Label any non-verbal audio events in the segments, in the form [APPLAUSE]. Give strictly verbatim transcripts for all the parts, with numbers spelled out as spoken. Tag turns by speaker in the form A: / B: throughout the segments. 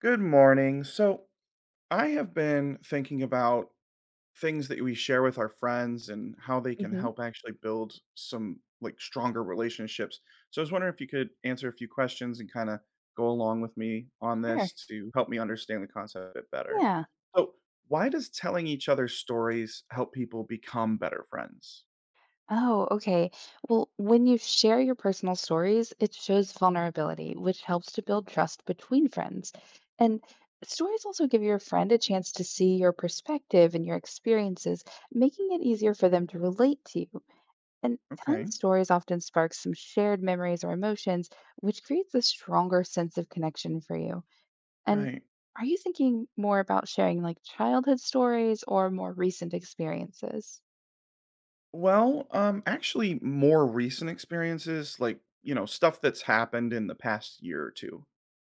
A: Good morning. So, I have been thinking about things that we share with our friends and how they can
B: Hmm.
A: help actually build some like stronger relationships. So, I was wondering if you could answer a few questions and kind of go along with me on
B: Sure.
A: this to help me understand the concept a bit better.
B: Yeah.
A: So, why does telling each other stories help people become better friends?
B: Oh, okay. Well, when you share your personal stories, it shows vulnerability, which helps to build trust between friends. And stories also give your friend a chance to see your perspective and your experiences, making it easier for them to relate to you. And telling
A: Okay,
B: stories often sparks some shared memories or emotions, which creates a stronger sense of connection for you. And
A: right.
B: Are you thinking more about sharing like childhood stories or more recent experiences?
A: Well, um, actually, more recent experiences, like, you know, stuff that's happened in the past year or two.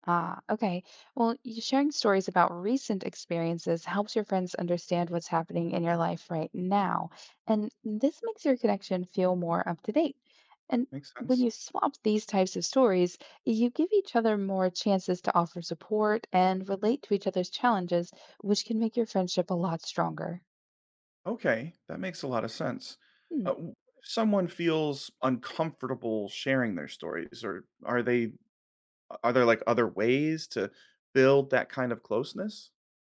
B: Ah, okay. Well, you sharing stories about recent experiences helps your friends understand what's happening in your life right now. And this makes your connection feel more up to date. And
A: Makes
B: when
A: sense.
B: you swap these types of stories, you give each other more chances to offer support and relate to each other's challenges, which can make your friendship a lot stronger.
A: Okay, that makes a lot of sense.
B: Hmm.
A: Uh, w- if someone feels uncomfortable sharing their stories, or are they are there like other ways to build that kind of closeness?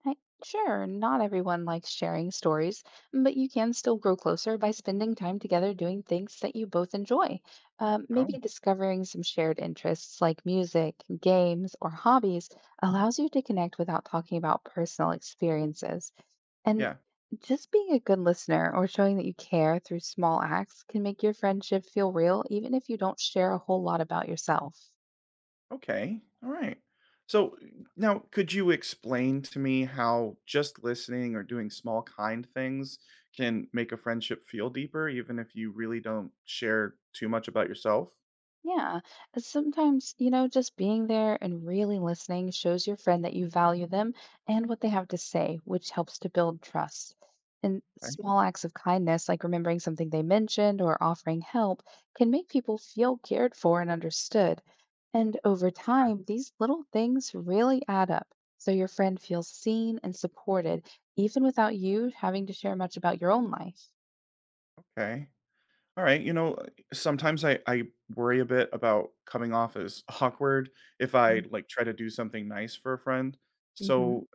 B: Right. Sure, not everyone likes sharing stories, but you can still grow closer by spending time together doing things that you both enjoy. Um,
A: Oh,
B: maybe discovering some shared interests like music, games, or hobbies allows you to connect without talking about personal experiences. And
A: yeah.
B: just being a good listener or showing that you care through small acts can make your friendship feel real, even if you don't share a whole lot about yourself.
A: Okay. All right. So now, could you explain to me how just listening or doing small kind things can make a friendship feel deeper, even if you really don't share too much about yourself?
B: Yeah. uh, Sometimes, you know, just being there and really listening shows your friend that you value them and what they have to say, which helps to build trust. And
A: Okay.
B: small acts of kindness, like remembering something they mentioned or offering help, can make people feel cared for and understood. And over
A: Sure.
B: time, these little things really add up. So your friend feels seen and supported, even without you having to share much about your own life.
A: Okay. All right. You know, uh, sometimes I, I worry a bit about coming off as [LAUGHS] awkward if I like try to do something nice for a friend.
B: Mm-hmm.
A: So,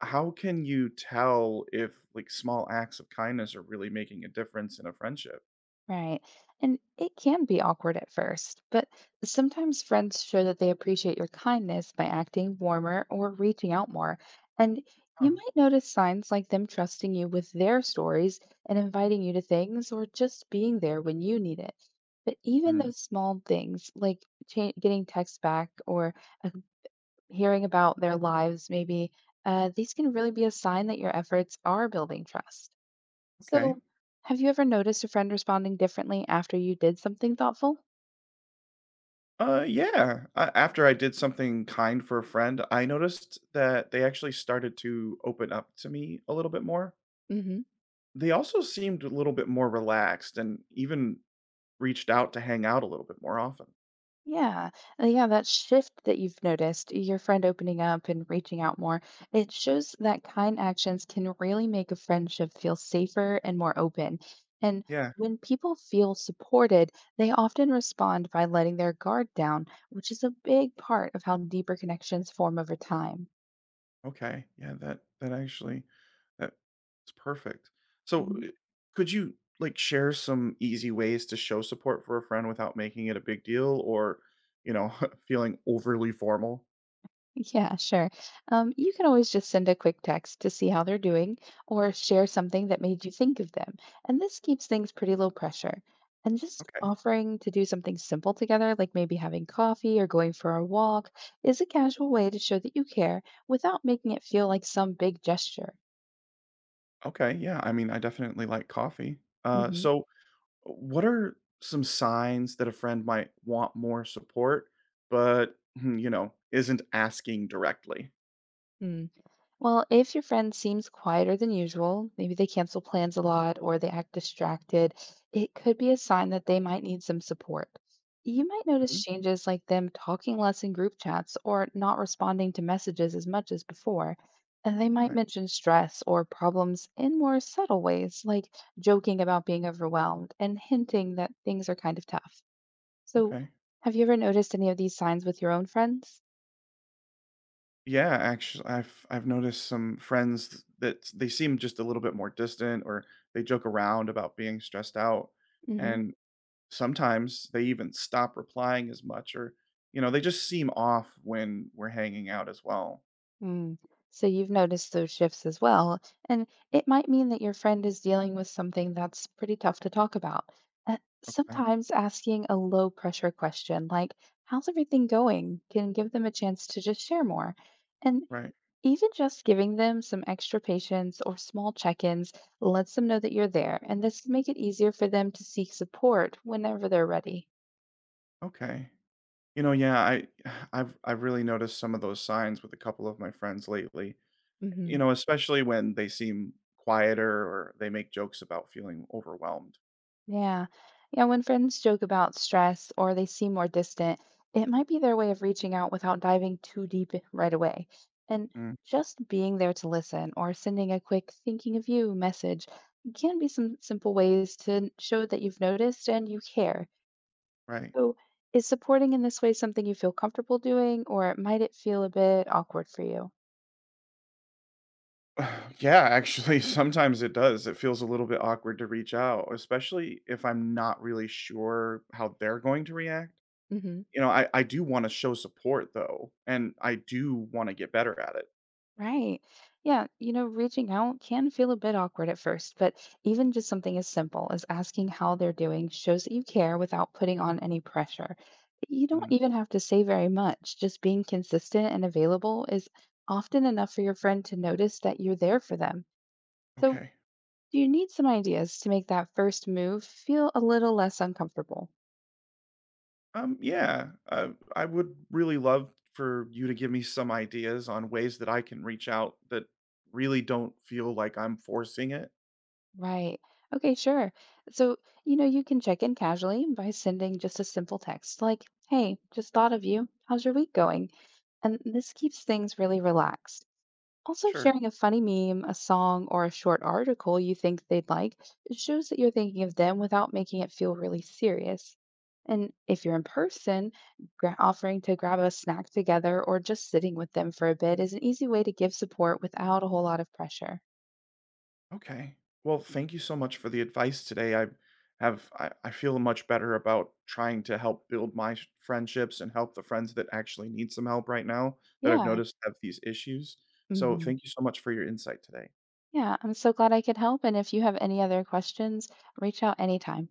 A: how can you tell if like small acts of kindness are really making a difference in a friendship?
B: Right. And it can be awkward at first, but sometimes friends show that they appreciate your kindness by acting warmer or reaching out more. And
A: Oh,
B: you might notice signs like them trusting you with their stories and inviting you to things or just being there when you need it. But even
A: mm,
B: those small things like cha- getting texts back or uh, hearing about their lives, maybe, uh, these can really be a sign that your efforts are building trust.
A: okay.
B: So, have you ever noticed a friend responding differently after you did something thoughtful?
A: Uh, yeah. Uh, after I did something kind for a friend, I noticed that they actually started to open up to me a little bit more.
B: Hmm.
A: They also seemed a little bit more relaxed and even reached out to hang out a little bit more often.
B: Yeah. uh, Yeah, that shift that you've noticed, your friend opening up and reaching out more, it shows that kind actions can really make a friendship feel safer and more open. And
A: Yeah.
B: when people feel supported, they often respond by letting their guard down, which is a big part of how deeper connections form over time.
A: Okay. Yeah, that that actually that's perfect. So, uh, could you like share some easy ways to show support for a friend without making it a big deal or, you know, [LAUGHS] feeling overly formal?
B: Yeah, sure. Um, you can always just send a quick text to see how they're doing or share something that made you think of them. And this keeps things pretty low pressure. And just
A: Okay.
B: offering to do something simple together, like maybe having coffee or going for a walk, is a casual way to show that you care without making it feel like some big gesture.
A: Okay, yeah, I mean, I definitely like coffee. Uh,
B: Hmm.
A: so what are some signs that a friend might want more support, but, hmm, you know, isn't asking directly?
B: Well, if your friend seems quieter than usual, maybe they cancel plans a lot or they act distracted, it could be a sign that they might need some support. You might notice
A: Mhm,
B: changes like them talking less in group chats or not responding to messages as much as before. And they might
A: right,
B: mention stress or problems in more subtle ways, like joking about being overwhelmed and hinting that things are kind of tough. So,
A: okay.
B: have you ever noticed any of these signs with your own friends?
A: Yeah, actually, I've I've noticed some friends that they seem just a little bit more distant or they joke around about being stressed out,
B: Mm-hmm.
A: and sometimes they even stop replying as much or, you know, they just seem off when we're hanging out as well.
B: Mm. So you've noticed those shifts as well, and it might mean that your friend is dealing with something that's pretty tough to talk about. Uh,
A: Okay,
B: Sometimes asking a low pressure question like, "How's everything going?" can give them a chance to just share more. And
A: right,
B: even just giving them some extra patience or small check ins lets them know that you're there, and this can make it easier for them to seek support whenever they're ready.
A: okay. You know, yeah, I I've I've really noticed some of those signs with a couple of my friends lately.
B: Hmm.
A: You know, especially when they seem quieter or they make jokes about feeling overwhelmed.
B: Yeah. Yeah, when friends joke about stress or they seem more distant, it might be their way of reaching out without diving too deep i- right away. And
A: Mm,
B: just being there to listen or sending a quick thinking of you message can be some simple ways to n- show that you've noticed and you care.
A: right.
B: So, is supporting in this way something you feel comfortable doing, or might it feel a bit awkward for you?
A: [SIGHS] Yeah, actually, [LAUGHS] sometimes it does. It feels a little bit awkward to reach out, especially if I'm not really sure how they're going to react.
B: Hmm.
A: You know, I, I do want to show support though, and I do want to get better at it.
B: Right. Yeah. You know, reaching out can feel a bit awkward at first, but even just something as simple as asking how they're doing shows that you care without putting on any pressure. You don't
A: Mm,
B: even have to say very much. Just being consistent and available is often enough for your friend to notice that you're there for them. So,
A: okay.
B: do you need some ideas to make that first move feel a little less uncomfortable?
A: Um, yeah, uh, I would really love for you to give me some ideas on ways that I can reach out that really don't feel like I'm forcing it.
B: Right. Okay, sure. So, you know, you can check in casually by sending just a simple text like, "Hey, just thought of you. How's your week going?" And this keeps things really relaxed. Also,
A: Sure.
B: sharing a funny meme, a song, or a short article you think they'd like shows that you're thinking of them without making it feel really serious. And if you're in person, gra- offering to grab a snack together or just sitting with them for a bit is an easy way to give support without a whole lot of pressure.
A: Okay. Well, thank you so much for the advice today. I have I, I feel much better about trying to help build my sh- friendships and help the friends that actually need some help right now that I've
B: Yeah.
A: noticed have these issues. So
B: Hmm.
A: thank you so much for your insight today.
B: Yeah, I'm so glad I could help. And if you have any other questions, reach out anytime.